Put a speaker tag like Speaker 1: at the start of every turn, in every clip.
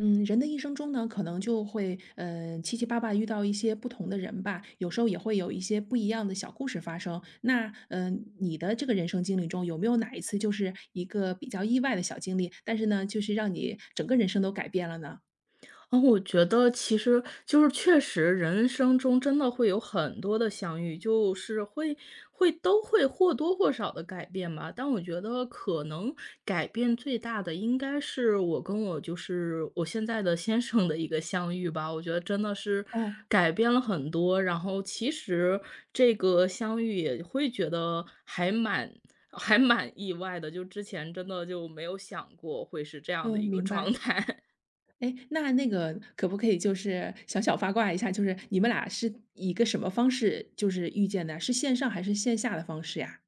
Speaker 1: 嗯，人的一生中呢，可能就会，七七八八遇到一些不同的人吧，有时候也会有一些不一样的小故事发生。那，你的这个人生经历中，有没有哪一次就是一个比较意外的小经历，但是呢，就是让你整个人生都改变了呢？
Speaker 2: 哦，我觉得其实就是确实人生中真的会有很多的相遇，就是会都会或多或少的改变吧。但我觉得可能改变最大的应该是我跟我就是我现在的先生的一个相遇吧，我觉得真的是
Speaker 1: 哦，
Speaker 2: 改变了很多。然后其实这个相遇也会觉得还蛮意外的，就之前真的就没有想过会是这样的
Speaker 1: 嗯，
Speaker 2: 一个
Speaker 1: 明
Speaker 2: 状
Speaker 1: 白。
Speaker 2: 态。
Speaker 1: 哎，那个可不可以就是小小八卦一下，就是你们俩是以一个什么方式就是遇见的？是线上还是线下的方式呀？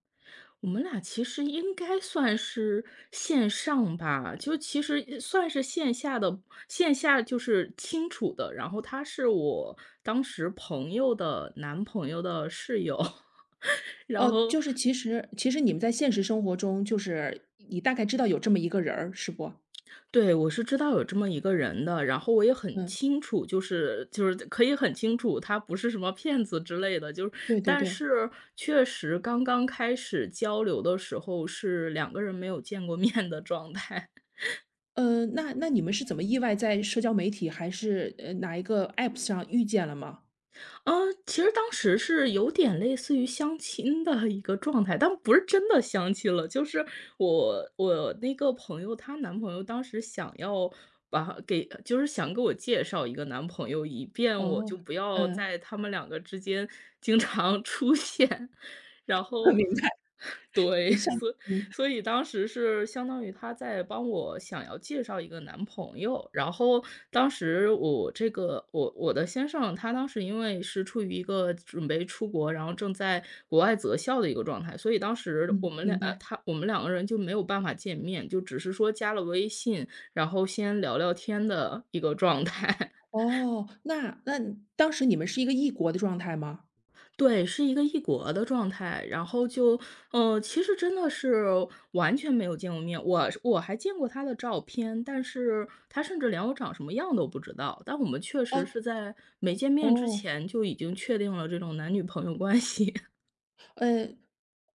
Speaker 2: 我们俩其实应该算是线上吧，就其实算是线下的，线下就是清楚的。然后他是我当时朋友的男朋友的室友，然
Speaker 1: 哦，
Speaker 2: 后
Speaker 1: 就是其实你们在现实生活中，就是你大概知道有这么一个人儿，是不？
Speaker 2: 对，我是知道有这么一个人的，然后我也很
Speaker 1: 嗯，
Speaker 2: 清楚，就是可以很清楚他不是什么骗子之类的，就是
Speaker 1: 对对
Speaker 2: 但
Speaker 1: 对。
Speaker 2: 是确实刚刚开始交流的时候是两个人没有见过面的状态。
Speaker 1: 那你们是怎么意外在社交媒体还是，哪一个 App 上遇见了吗？
Speaker 2: 呃，其实当时是有点类似于相亲的一个状态，但不是真的相亲了。就是我那个朋友，她男朋友当时想要把给就是想给我介绍一个男朋友，以便我
Speaker 1: 哦，
Speaker 2: 就不要
Speaker 1: 嗯，
Speaker 2: 在他们两个之间经常 出现。然 后，
Speaker 1: 明白，
Speaker 2: 对，
Speaker 1: 你像
Speaker 2: 所以
Speaker 1: 嗯
Speaker 2: 所以当时是相当于她在帮我想要介绍一个男朋友，然后当时我这个我我的先生，他当时因为是处于一个准备出国，然后正在国外择校的一个状态，所以当时
Speaker 1: 嗯，明白。
Speaker 2: 我们两个人就没有办法见面，就只是说加了微信，然后先聊聊天的一个状态。
Speaker 1: 哦，那当时你们是一个异国的状态吗？
Speaker 2: 对，是一个异国的状态，然后就，其实真的是完全没有见过面。我还见过他的照片，但是他甚至连我长什么样都不知道。但我们确实
Speaker 1: 哦
Speaker 2: 是在没见面之
Speaker 1: 哦，
Speaker 2: 前就已经确定了这种男女朋友关系。
Speaker 1: 呃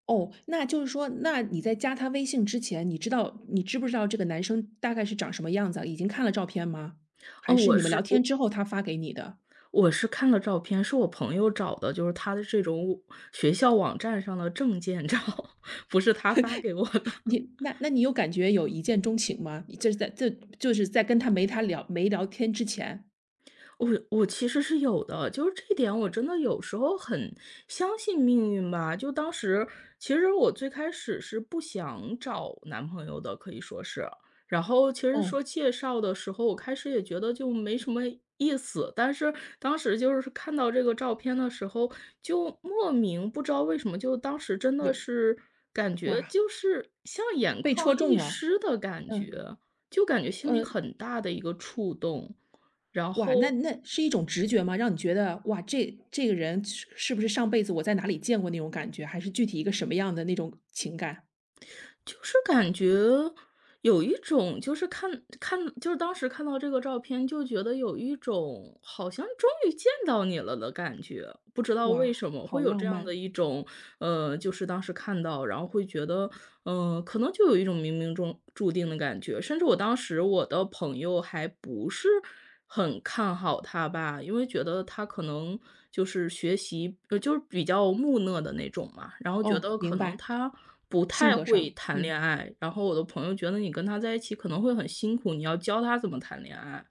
Speaker 1: 哦，那就是说，那你在加他微信之前，你知道你知不知道这个男生大概是长什么样子啊已经看了照片吗？
Speaker 2: 哦，
Speaker 1: 还是
Speaker 2: 我
Speaker 1: 你们聊
Speaker 2: 是
Speaker 1: 天
Speaker 2: 我
Speaker 1: 之后他发给你的？
Speaker 2: 我是看了照片，是我朋友找的，就是他的这种学校网站上的证件照，不是他发给我的。
Speaker 1: 你那你有感觉有一见钟情吗？你这是在这就是在跟他没他聊没聊天之前，
Speaker 2: 我其实是有的，就是这一点我真的有时候很相信命运吧。就当时其实我最开始是不想找男朋友的，可以说是。然后其实
Speaker 1: 哦，
Speaker 2: 说介绍的时候，我开始也觉得就没什么意思，但是当时就是看到这个照片的时候，就莫名不知道为什么，就当时真的
Speaker 1: 有，
Speaker 2: 是感觉
Speaker 1: 哇，
Speaker 2: 就是像眼
Speaker 1: 被戳
Speaker 2: 眶
Speaker 1: 中
Speaker 2: 一
Speaker 1: 了，
Speaker 2: 湿的感
Speaker 1: 嗯，
Speaker 2: 觉，就感觉心里
Speaker 1: 呃，
Speaker 2: 很大的一个触动。然
Speaker 1: 哇，那
Speaker 2: 后
Speaker 1: 那是一种直觉吗？让你觉得哇，这个人是是不是上辈子我在哪里见过那种感觉？还是具体一个什么样的那种情感？
Speaker 2: 就是感觉有一种，就是看看，就是当时看到这个照片，就觉得有一种好像终于见到你了的感觉。不知道为
Speaker 1: 哇，
Speaker 2: 什么
Speaker 1: 好
Speaker 2: 会有
Speaker 1: 浪
Speaker 2: 这样
Speaker 1: 漫。
Speaker 2: 的一种，就是当时看到，然后会觉得可能就有一种冥冥中注定的感觉。甚至我当时我的朋友还不是很看好他吧，因为觉得他可能就是学习，就是比较木讷的那种嘛，然后觉
Speaker 1: 哦，
Speaker 2: 得可
Speaker 1: 明
Speaker 2: 能
Speaker 1: 白，
Speaker 2: 他不
Speaker 1: 性
Speaker 2: 太
Speaker 1: 格
Speaker 2: 会
Speaker 1: 上，
Speaker 2: 谈恋爱，然后我的朋友觉得你跟他在一起可能会很辛苦，你要教他怎么谈恋爱。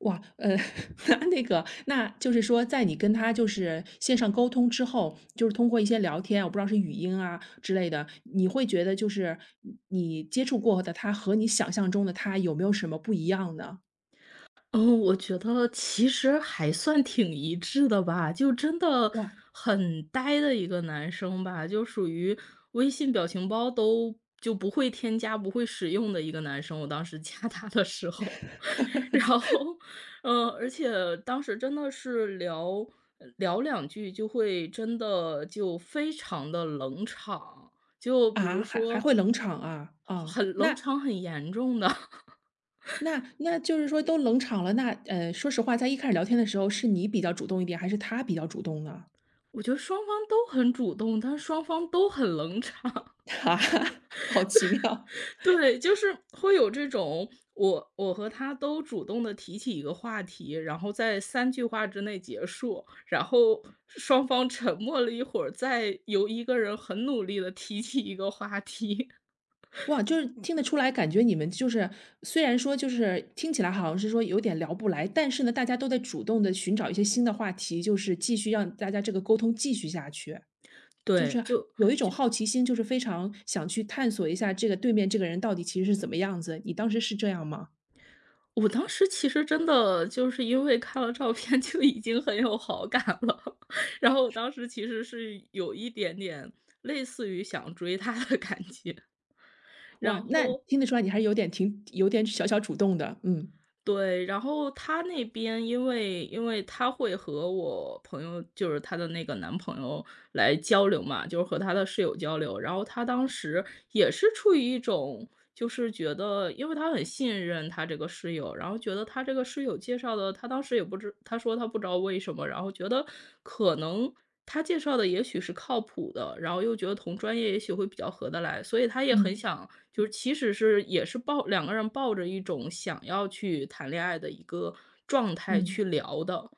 Speaker 1: 哇，那那个，那就是说，在你跟他就是线上沟通之后，就是通过一些聊天啊，我不知道是语音啊之类的，你会觉得就是你接触过的他和你想象中的他有没有什么不一样呢？
Speaker 2: 嗯，我觉得其实还算挺一致的吧，就真的
Speaker 1: 哇，
Speaker 2: 很呆的一个男生吧，就属于微信表情包都就不会添加、不会使用的一个男生。我当时加他的时候，然 后，嗯，而且当时真的是聊聊两句就会真的就非常的冷场，就比
Speaker 1: 啊，
Speaker 2: 如
Speaker 1: 还
Speaker 2: 说
Speaker 1: 会冷场啊，啊，
Speaker 2: 很冷
Speaker 1: 那
Speaker 2: 场很严重的。
Speaker 1: 那那就是说都冷场了，那说实话，在一开始聊天的时候，是你比较主动一点，还是他比较主动呢？
Speaker 2: 我觉得双方都很主动，但是双方都很冷场。
Speaker 1: 啊，好奇妙。
Speaker 2: 对，就是会有这种，我和他都主动的提起一个话题，然后在三句话之内结束，然后双方沉默了一会儿，再由一个人很努力的提起一个话题。
Speaker 1: 哇，就是听得出来，感觉你们就是虽然说就是听起来好像是说有点聊不来，但是呢，大家都在主动的寻找一些新的话题，就是继续让大家这个沟通继续下去。就
Speaker 2: 对，
Speaker 1: 是
Speaker 2: 就
Speaker 1: 有一种好奇心，就是非常想去探索一下这个对面这个人到底其实是怎么样子，你当时是这样吗？
Speaker 2: 我当时其实真的就是因为看了照片就已经很有好感了，然后我当时其实是有一点点类似于想追他的感觉。
Speaker 1: 哇，
Speaker 2: 然
Speaker 1: 那
Speaker 2: 后
Speaker 1: 听得出来你还是有点小小主动的，嗯。
Speaker 2: 对，然后她那边因为她会和我朋友，就是她的那个男朋友来交流嘛，就是和她的室友交流。然后她当时也是处于一种，就是觉得，因为她很信任她这个室友，然后觉得她这个室友介绍的，她当时也不知，她说她不知道为什么，然后觉得可能他介绍的也许是靠谱的，然后又觉得同专业也许会比较合得来，所以他也很
Speaker 1: 嗯，
Speaker 2: 想，就是其实是也是抱两个人抱着一种想要去谈恋爱的一个状态
Speaker 1: 嗯。
Speaker 2: 去聊的，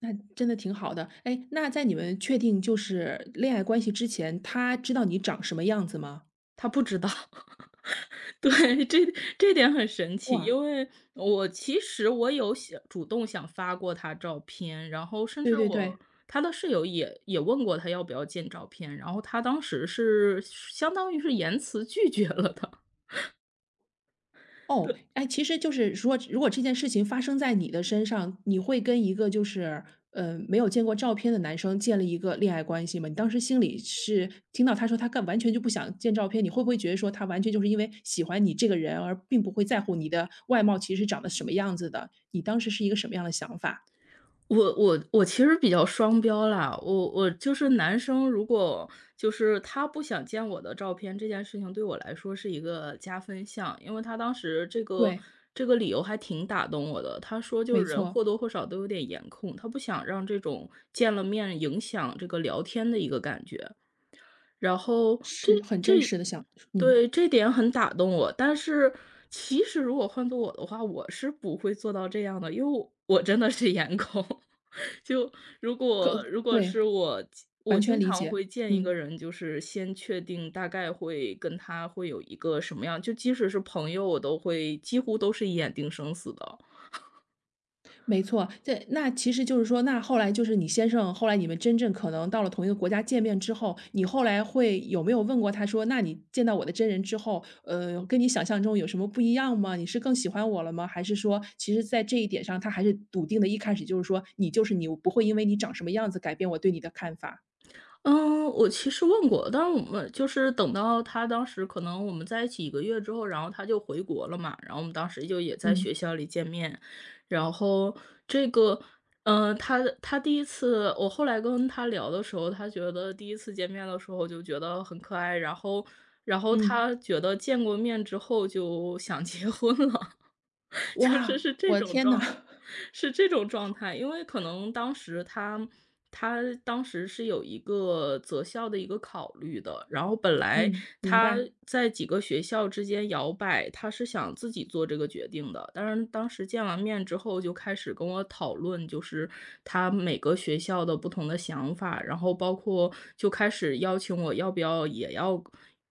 Speaker 1: 那真的挺好的。哎，那在你们确定就是恋爱关系之前，他知道你长什么样子吗？
Speaker 2: 他不知道。对，这点很神奇，
Speaker 1: 哇。
Speaker 2: 因为我其实有想主动想发过他照片，然后甚
Speaker 1: 对
Speaker 2: 至
Speaker 1: 对对，
Speaker 2: 他的室友也问过他要不要见照片，然后他当时是相当于是言辞拒绝了的，
Speaker 1: 哦，
Speaker 2: 对。
Speaker 1: 哎，其实就是说，如果这件事情发生在你的身上，你会跟一个就是，没有见过照片的男生建立一个恋爱关系吗？你当时心里是听到他说他干完全就不想见照片，你会不会觉得说他完全就是因为喜欢你这个人，而并不会在乎你的外貌其实长得什么样子的？你当时是一个什么样的想法？
Speaker 2: 我其实比较双标啦，我就是男生，如果就是他不想见我的照片，这件事情对我来说是一个加分项，因为他当时这个
Speaker 1: 对，
Speaker 2: 这个理由还挺打动我的。他说就
Speaker 1: 没
Speaker 2: 是人
Speaker 1: 错，
Speaker 2: 或多或少都有点颜控，他不想让这种见了面影响这个聊天的一个感觉。然后这
Speaker 1: 是很真
Speaker 2: 这
Speaker 1: 实的想，嗯，
Speaker 2: 对，这点很打动我，但是其实如果换做我的话，我是不会做到这样的，因为我真的是颜控。就如
Speaker 1: 可
Speaker 2: 果如果
Speaker 1: 对，
Speaker 2: 是我
Speaker 1: 完全
Speaker 2: 经
Speaker 1: 理
Speaker 2: 常
Speaker 1: 解，
Speaker 2: 会见一
Speaker 1: 嗯。
Speaker 2: 个人，就是先确定大概会跟他会有一个什么样，就即使是朋友，我都会几乎都是一眼定生死的。
Speaker 1: 没错，这那其实就是说，那后来就是你先生，后来你们真正可能到了同一个国家见面之后，你后来会有没有问过他说："那你见到我的真人之后，跟你想象中有什么不一样吗？你是更喜欢我了吗？"还是说，其实在这一点上，他还是笃定的，一开始就是说："你就是你，我不会因为你长什么样子改变我对你的看法。"
Speaker 2: 嗯，我其实问过，但是我们就是等到他当时可能我们在一起一个月之后，然后他就回国了嘛，然后我们当时就也在
Speaker 1: 嗯，
Speaker 2: 学校里见面。然后这个，他他第一次我后来跟他聊的时候，他觉得第一次见面的时候就觉得很可爱，然后
Speaker 1: 嗯，
Speaker 2: 他觉得见过面之后就想结婚了，就是
Speaker 1: 哇，
Speaker 2: 是这
Speaker 1: 我的
Speaker 2: 种
Speaker 1: 天呐，
Speaker 2: 状态。是这种状态。因为可能当时他当时是有一个择校的一个考虑的，然后本来
Speaker 1: 嗯，明
Speaker 2: 他
Speaker 1: 白，
Speaker 2: 在几个学校之间摇摆，他是想自己做这个决定的。但是当时见完面之后，就开始跟我讨论，就是他每个学校的不同的想法，然后包括就开始邀请我要不要也要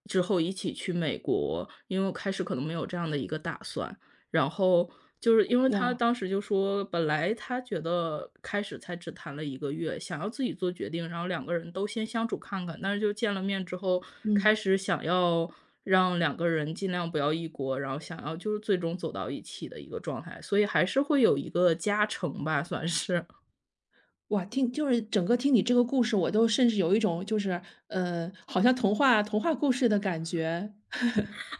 Speaker 2: 之后一起去美国，因为我开始可能没有这样的一个打算。然后就是因为他
Speaker 1: 哇，
Speaker 2: 当时就说，本来他觉得开始才只谈了一个月，想要自己做决定，然后两个人都先相处看看，但是就见了面之后，开
Speaker 1: 嗯。
Speaker 2: 始想要让两个人尽量不要异国，然后想要就是最终走到一起的一个状态，所以还是会有一个加成吧，算是。
Speaker 1: 哇，听就是整个听你这个故事，我都甚至有一种就是，好像童话故事的感觉。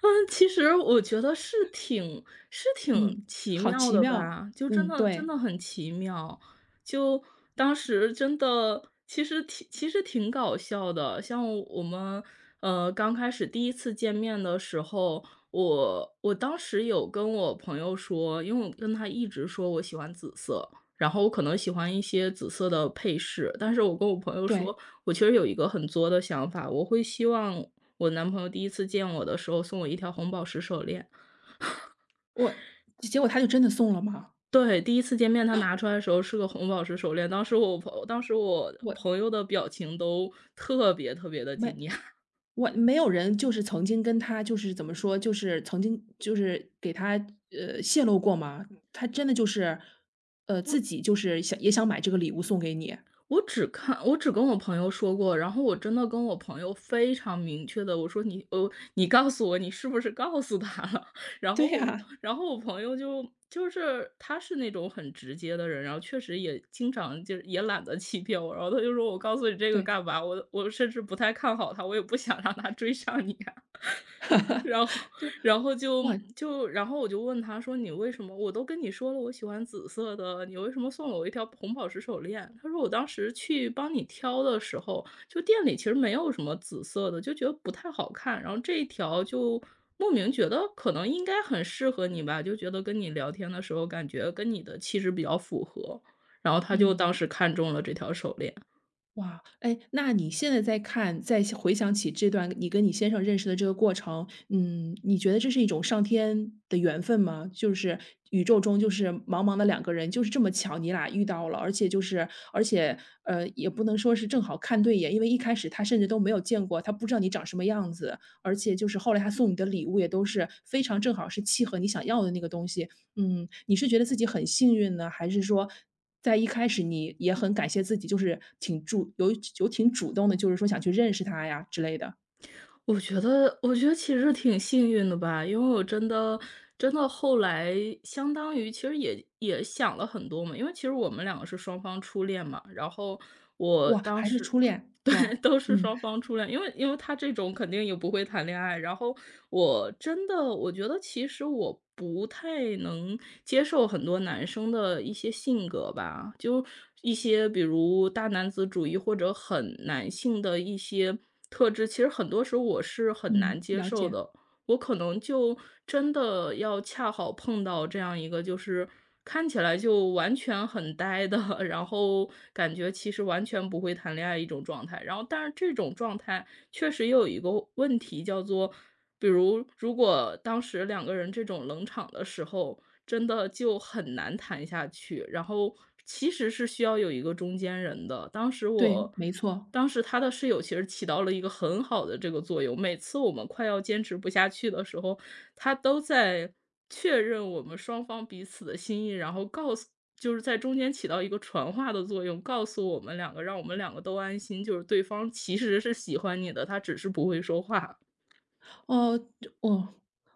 Speaker 2: 嗯，其实我觉得是挺
Speaker 1: 嗯，
Speaker 2: 奇
Speaker 1: 好
Speaker 2: 妙
Speaker 1: 奇
Speaker 2: 的
Speaker 1: 妙。
Speaker 2: 吧，就真
Speaker 1: 嗯，
Speaker 2: 的真
Speaker 1: 对，
Speaker 2: 的很奇妙。就当时真的其实挺搞笑的，像我们，刚开始第一次见面的时候，我当时有跟我朋友说，因为我跟他一直说我喜欢紫色，然后我可能喜欢一些紫色的配饰，但是我跟我朋友
Speaker 1: 对，
Speaker 2: 说，我其实有一个很作的想法，我会希望我男朋友第一次见我的时候送我一条红宝石手链。
Speaker 1: 我结果他就真的送了吗？
Speaker 2: 对，第一次见面他拿出来的时候是个红宝石手链，当时我朋当时我
Speaker 1: 我
Speaker 2: 朋友的表情都特别特别的惊
Speaker 1: 没
Speaker 2: 讶。
Speaker 1: 我没有人就是曾经跟他就是怎么说，就是曾经就是给他，泄露过吗？他真的就是，自
Speaker 2: 我
Speaker 1: 己就是想也想买这个礼物送给你？
Speaker 2: 我只跟我朋友说过，然后我真的跟我朋友非常明确的我说：“你你告诉我你是不是告诉他了？” 然
Speaker 1: 对
Speaker 2: 后
Speaker 1: 呀，
Speaker 2: 我朋友就是他是那种很直接的人，然后确实也经常就是也懒得欺骗我，然后他就说：“我告诉你这个
Speaker 1: 对，
Speaker 2: 干嘛？我我甚至不太看好他，我也不想让他追上你。”
Speaker 1: 哈哈，
Speaker 2: 然后
Speaker 1: 对，
Speaker 2: 然后就
Speaker 1: 哇，
Speaker 2: 就然后我就问他说：“你为什么我都跟你说了，我喜欢紫色的，你为什么送了我一条红宝石手链？”他说：“我当时去帮你挑的时候，就店里其实没有什么紫色的，就觉得不太好看，然后这一条就莫名觉得可能应该很适合你吧，就觉得跟你聊天的时候感觉跟你的气质比较符合。”然后他就
Speaker 1: 嗯。
Speaker 2: 当时看中了这条手链。
Speaker 1: 哇，哎，那你现在在看再想回想起这段你跟你先生认识的这个过程，嗯，你觉得这是一种上天的缘分吗？就是宇宙中就是茫茫的两个人，就是这么巧你俩遇到了，而且就是而且，也不能说是正好看对眼，因为一开始他甚至都没有见过，他不知道你长什么样子，而且就是后来他送你的礼物也都是非常正好是契合你想要的那个东西，嗯，你是觉得自己很幸运呢，还是说在一开始你也很感谢自己，就是有主动的，就是说想去认识他呀之类的？
Speaker 2: 我觉得其实挺幸运的吧，因为我真的真的后来相当于其实也想了很多嘛，因为其实我们两个是双方初恋嘛，然后我
Speaker 1: 哇，
Speaker 2: 当
Speaker 1: 还是
Speaker 2: 时
Speaker 1: 初恋，
Speaker 2: 对，
Speaker 1: 哇，
Speaker 2: 都是
Speaker 1: 嗯，
Speaker 2: 双方初恋，因为他这种肯定也不会谈恋爱，然后我真的我觉得其实我不太能接受很多男生的一些性格吧，就一些比如大男子主义或者很男性的一些特质，其实很多时候我是很
Speaker 1: 嗯，
Speaker 2: 难接
Speaker 1: 了
Speaker 2: 受
Speaker 1: 解，
Speaker 2: 的。我可能就真的要恰好碰到这样一个，就是看起来就完全很呆的，然后感觉其实完全不会谈恋爱一种状态。然后，但是这种状态确实也有一个问题，叫做比如，如果当时两个人这种冷场的时候，真的就很难谈下去，然后其实是需要有一个中间人的。
Speaker 1: 对，没错。
Speaker 2: 当时他的室友其实起到了一个很好的这个作用，每次我们快要坚持不下去的时候，他都在确认我们双方彼此的心意，然后告诉就是在中间起到一个传话的作用，告诉我们两个，让我们两个都安心，就是对方其实是喜欢你的，他只是不会说话。
Speaker 1: 哦，哦，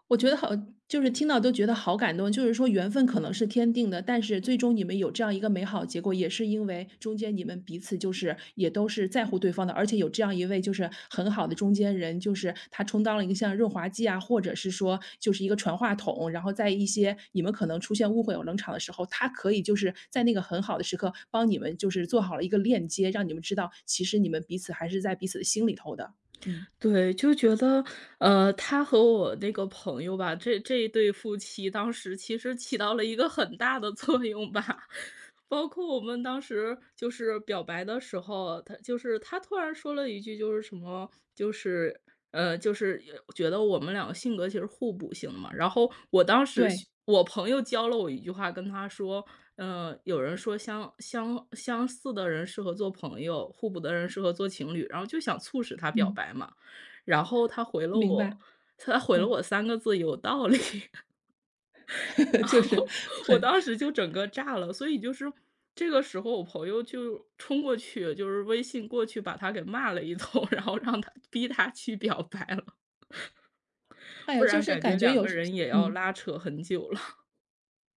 Speaker 1: 我觉得好就是听到都觉得好感动。就是说缘分可能是天定的，但是最终你们有这样一个美好结果，也是因为中间你们彼此就是也都是在乎对方的，而且有这样一位就是很好的中间人，就是他充当了一个像润滑剂啊，或者是说就是一个传话筒，然后在一些你们可能出现误会有冷场的时候，他可以就是在那个很好的时刻帮你们就是做好了一个链接，让你们知道其实你们彼此还是在彼此的心里头的。嗯，
Speaker 2: 对，就觉得，他和我那个朋友吧，这一对夫妻当时其实起到了一个很大的作用吧。包括我们当时就是表白的时候，他就是他突然说了一句，就是什么，就是就是也觉得我们两个性格其实互补性的嘛。然后我当时
Speaker 1: 对，
Speaker 2: 是我朋友教了我一句话，跟他说，有人说相似的人适合做朋友，互补的人适合做情侣，然后就想促使他表
Speaker 1: 嗯。
Speaker 2: 白嘛。然后
Speaker 1: 明白，
Speaker 2: 他回了
Speaker 1: 嗯，
Speaker 2: 我三个字：“有道理。”然
Speaker 1: 就是
Speaker 2: 后我
Speaker 1: 很
Speaker 2: 当时就整个炸了，所以就是这个时候我朋友就冲过去，就是微信过去把他给骂了一通，然后逼他去表白了，
Speaker 1: 哎呀，
Speaker 2: 不
Speaker 1: 就
Speaker 2: 然
Speaker 1: 是
Speaker 2: 感
Speaker 1: 感
Speaker 2: 觉
Speaker 1: 觉
Speaker 2: 两
Speaker 1: 有
Speaker 2: 个人也要
Speaker 1: 嗯，
Speaker 2: 拉扯很久了。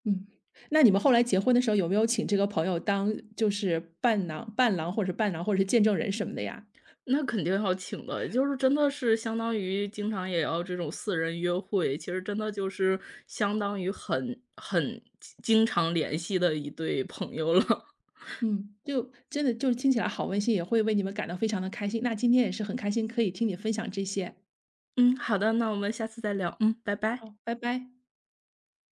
Speaker 1: 嗯。那你们后来结婚的时候有没有请这个朋友当就是伴郎或者是伴郎或者是见证人什么的呀？
Speaker 2: 那肯定要请的，就是真的是相当于经常也要这种四人约会，其实真的就是相当于很经常联系的一对朋友了。
Speaker 1: 嗯，就真的就是听起来好温馨，也会为你们感到非常的开心，那今天也是很开心可以听你分享这些，
Speaker 2: 嗯，好的，那我们下次再聊。嗯，拜拜。
Speaker 1: 好，拜拜。